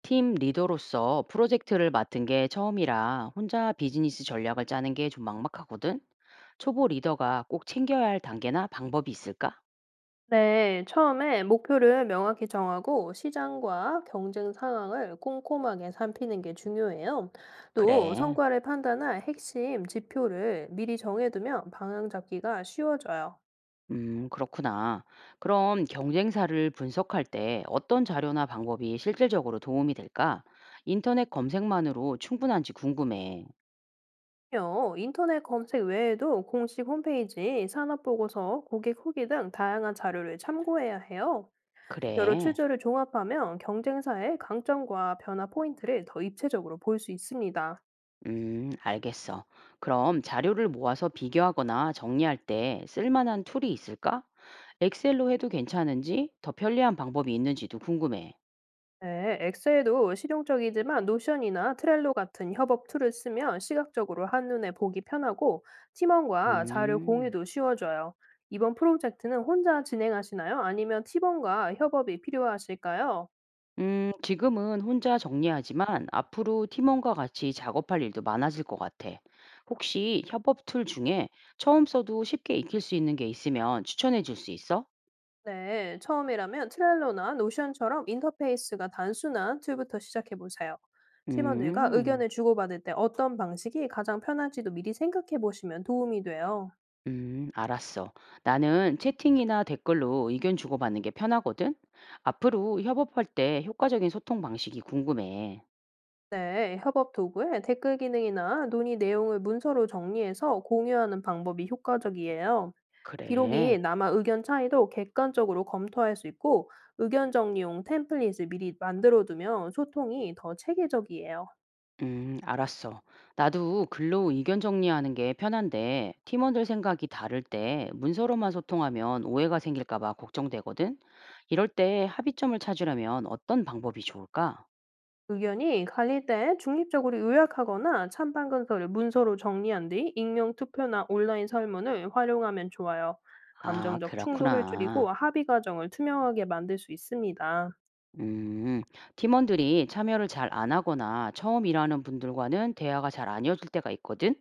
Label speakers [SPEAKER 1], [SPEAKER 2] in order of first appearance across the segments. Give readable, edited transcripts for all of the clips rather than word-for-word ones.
[SPEAKER 1] 팀 리더로서 프로젝트를 맡은 게 처음이라 혼자 비즈니스 전략을 짜는 게 좀 막막하거든. 초보 리더가 꼭 챙겨야 할 단계나 방법이 있을까?
[SPEAKER 2] 네, 처음에 목표를 명확히 정하고 시장과 경쟁 상황을 꼼꼼하게 살피는 게 중요해요. 또
[SPEAKER 1] 그래.
[SPEAKER 2] 성과를 판단할 핵심 지표를 미리 정해두면 방향 잡기가 쉬워져요.
[SPEAKER 1] 그렇구나. 그럼 경쟁사를 분석할 때 어떤 자료나 방법이 실질적으로 도움이 될까? 인터넷 검색만으로 충분한지 궁금해.
[SPEAKER 2] 요, 인터넷 검색 외에도 공식 홈페이지, 산업보고서, 고객 후기 등 다양한 자료를 참고해야 해요. 여러
[SPEAKER 1] 그래.
[SPEAKER 2] 출처를 종합하면 경쟁사의 강점과 변화 포인트를 더 입체적으로 볼 수 있습니다.
[SPEAKER 1] 알겠어. 그럼 자료를 모아서 비교하거나 정리할 때 쓸만한 툴이 있을까? 엑셀로 해도 괜찮은지, 더 편리한 방법이 있는지도 궁금해.
[SPEAKER 2] 네, 엑셀도 실용적이지만 노션이나 트렐로 같은 협업 툴을 쓰면 시각적으로 한눈에 보기 편하고 팀원과 자료
[SPEAKER 1] 음,
[SPEAKER 2] 공유도 쉬워져요. 이번 프로젝트는 혼자 진행하시나요? 아니면 팀원과 협업이 필요하실까요?
[SPEAKER 1] 지금은 혼자 정리하지만 앞으로 팀원과 같이 작업할 일도 많아질 것 같아. 혹시 협업 툴 중에 처음 써도 쉽게 익힐 수 있는 게 있으면 추천해 줄 수 있어?
[SPEAKER 2] 네, 처음이라면 트렐로나 노션처럼 인터페이스가 단순한 툴부터 시작해 보세요. 팀원들과
[SPEAKER 1] 음.
[SPEAKER 2] 의견을 주고받을 때 어떤 방식이 가장 편할지도 미리 생각해 보시면 도움이 돼요.
[SPEAKER 1] 알았어. 나는 채팅이나 댓글로 의견 주고받는 게 편하거든? 앞으로 협업할 때 효과적인 소통 방식이 궁금해.
[SPEAKER 2] 네, 협업 도구에 댓글 기능이나 논의 내용을 문서로 정리해서 공유하는 방법이 효과적이에요. 기록이
[SPEAKER 1] 그래.
[SPEAKER 2] 남아 의견 차이도 객관적으로 검토할 수 있고 의견 정리용 템플릿을 미리 만들어두면 소통이 더 체계적이에요.
[SPEAKER 1] 알았어. 나도 글로 의견 정리하는 게 편한데 팀원들 생각이 다를 때 문서로만 소통하면 오해가 생길까 봐 걱정되거든? 이럴 때 합의점을 찾으려면 어떤 방법이 좋을까?
[SPEAKER 2] 의견이 갈릴 때 중립적으로 요약하거나 찬반 근서를 문서로 정리한 뒤 익명 투표나 온라인 설문을 활용하면 좋아요.
[SPEAKER 1] 아,
[SPEAKER 2] 감정적 충돌을 줄이고
[SPEAKER 1] 그렇구나.
[SPEAKER 2] 합의 과정을 투명하게 만들 수 있습니다.
[SPEAKER 1] 음, 팀원들이 참여를 잘 안 하거나 처음 일하는 분들과는 대화가 잘 안 이어질 때가 있거든?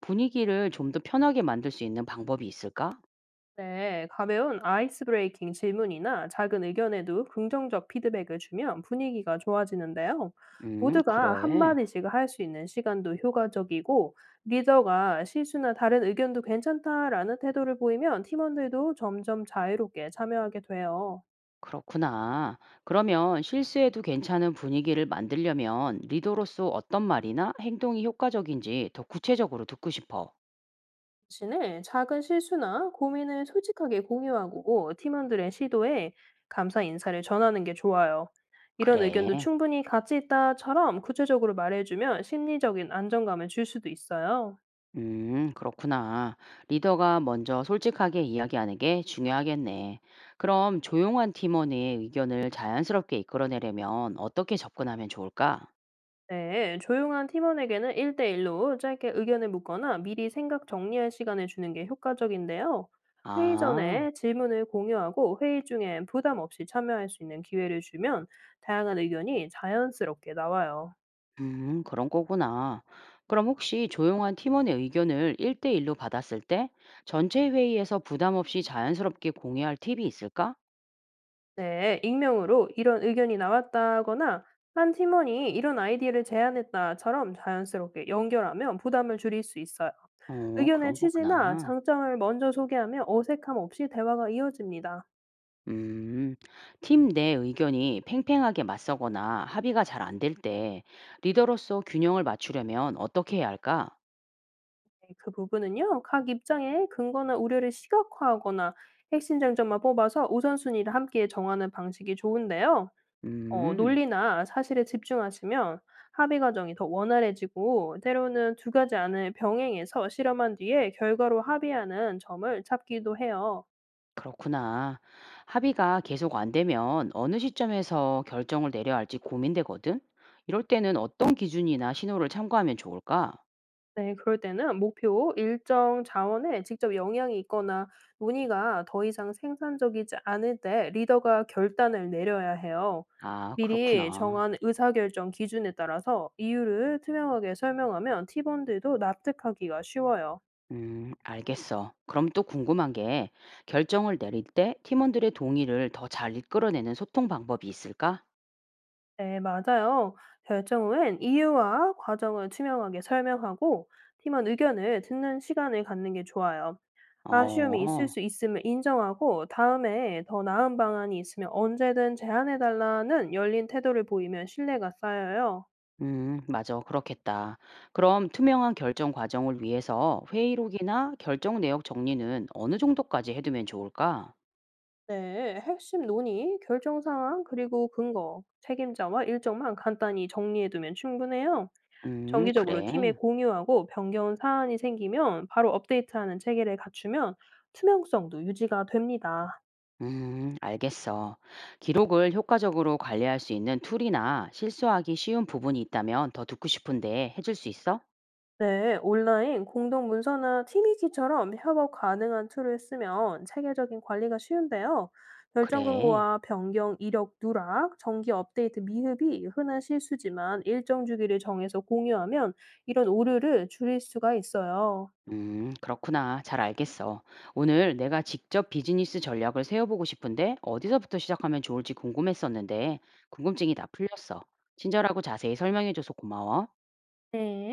[SPEAKER 1] 분위기를 좀 더 편하게 만들 수 있는 방법이 있을까?
[SPEAKER 2] 네, 가벼운 아이스 브레이킹 질문이나 작은 의견에도 긍정적 피드백을 주면 분위기가 좋아지는데요. 모두가
[SPEAKER 1] 그래.
[SPEAKER 2] 한마디씩 할 수 있는 시간도 효과적이고, 리더가 실수나 다른 의견도 괜찮다라는 태도를 보이면 팀원들도 점점 자유롭게 참여하게 돼요.
[SPEAKER 1] 그렇구나. 그러면 실수해도 괜찮은 분위기를 만들려면 리더로서 어떤 말이나 행동이 효과적인지 더 구체적으로 듣고 싶어.
[SPEAKER 2] 자신의 작은 실수나 고민을 솔직하게 공유하고 팀원들의 시도에 감사 인사를 전하는 게 좋아요. 이런 의견도
[SPEAKER 1] 그래.
[SPEAKER 2] 충분히 가치 있다처럼 구체적으로 말해주면 심리적인 안정감을 줄 수도 있어요.
[SPEAKER 1] 그렇구나. 리더가 먼저 솔직하게 이야기하는 게 중요하겠네. 그럼 조용한 팀원의 의견을 자연스럽게 이끌어내려면 어떻게 접근하면 좋을까?
[SPEAKER 2] 네, 조용한 팀원에게는 1대1로 짧게 의견을 묻거나 미리 생각 정리할 시간을 주는 게 효과적인데요. 회의
[SPEAKER 1] 아,
[SPEAKER 2] 전에 질문을 공유하고 회의 중엔 부담 없이 참여할 수 있는 기회를 주면 다양한 의견이 자연스럽게 나와요.
[SPEAKER 1] 그런 거구나. 그럼 혹시 조용한 팀원의 의견을 1대1로 받았을 때 전체 회의에서 부담 없이 자연스럽게 공유할 팁이 있을까?
[SPEAKER 2] 네, 익명으로 이런 의견이 나왔다거나 한 팀원이 이런 아이디어를 제안했다처럼 자연스럽게 연결하면 부담을 줄일 수 있어요.
[SPEAKER 1] 어,
[SPEAKER 2] 의견의
[SPEAKER 1] 그런
[SPEAKER 2] 취지나
[SPEAKER 1] 거구나.
[SPEAKER 2] 장점을 먼저 소개하면 어색함 없이 대화가 이어집니다.
[SPEAKER 1] 음, 팀 내 의견이 팽팽하게 맞서거나 합의가 잘 안 될 때 리더로서 균형을 맞추려면 어떻게 해야 할까?
[SPEAKER 2] 네, 그 부분은요, 각 입장의 근거나 우려를 시각화하거나 핵심 장점만 뽑아서 우선순위를 함께 정하는 방식이 좋은데요.
[SPEAKER 1] 음,
[SPEAKER 2] 논리나 사실에 집중하시면 합의 과정이 더 원활해지고 때로는 두 가지 안을 병행해서 실험한 뒤에 결과로 합의하는 점을 찾기도 해요.
[SPEAKER 1] 그렇구나. 합의가 계속 안 되면 어느 시점에서 결정을 내려야 할지 고민되거든? 이럴 때는 어떤 기준이나 신호를 참고하면 좋을까?
[SPEAKER 2] 네 그럴 때는 목표, 일정, 자원에 직접 영향이 있거나 논의가 더 이상 생산적이지 않을 때 리더가 결단을 내려야 해요.
[SPEAKER 1] 아,
[SPEAKER 2] 미리
[SPEAKER 1] 그렇구나.
[SPEAKER 2] 정한 의사결정 기준에 따라서 이유를 투명하게 설명하면 팀원들도 납득하기가 쉬워요.
[SPEAKER 1] 알겠어. 그럼 또 궁금한 게 결정을 내릴 때 팀원들의 동의를 더 잘 이끌어내는 소통 방법이 있을까?
[SPEAKER 2] 네, 맞아요. 결정 후엔 이유와 과정을 투명하게 설명하고 팀원 의견을 듣는 시간을 갖는 게 좋아요. 아쉬움이 있을
[SPEAKER 1] 어.
[SPEAKER 2] 수 있음을 인정하고 다음에 더 나은 방안이 있으면 언제든 제안해달라는 열린 태도를 보이면 신뢰가 쌓여요.
[SPEAKER 1] 맞아. 그렇겠다. 그럼 투명한 결정 과정을 위해서 회의록이나 결정 내역 정리는 어느 정도까지 해두면 좋을까?
[SPEAKER 2] 네, 핵심 논의, 결정 상황, 그리고 근거, 책임자와 일정만 간단히 정리해두면 충분해요. 정기적으로 팀에
[SPEAKER 1] 그래.
[SPEAKER 2] 공유하고 변경 사안이 생기면 바로 업데이트하는 체계를 갖추면 투명성도 유지가 됩니다.
[SPEAKER 1] 알겠어. 기록을 효과적으로 관리할 수 있는 툴이나 실수하기 쉬운 부분이 있다면 더 듣고 싶은데 해줄 수 있어?
[SPEAKER 2] 네, 온라인 공동 문서나 팀위키처럼 협업 가능한 툴을 쓰면 체계적인 관리가 쉬운데요. 결정
[SPEAKER 1] 그래.
[SPEAKER 2] 근거와 변경 이력 누락, 정기 업데이트 미흡이 흔한 실수지만 일정 주기를 정해서 공유하면 이런 오류를 줄일 수가 있어요.
[SPEAKER 1] 그렇구나. 잘 알겠어. 오늘 내가 직접 비즈니스 전략을 세워보고 싶은데 어디서부터 시작하면 좋을지 궁금했었는데 궁금증이 다 풀렸어. 친절하고 자세히 설명해줘서 고마워.
[SPEAKER 2] 네.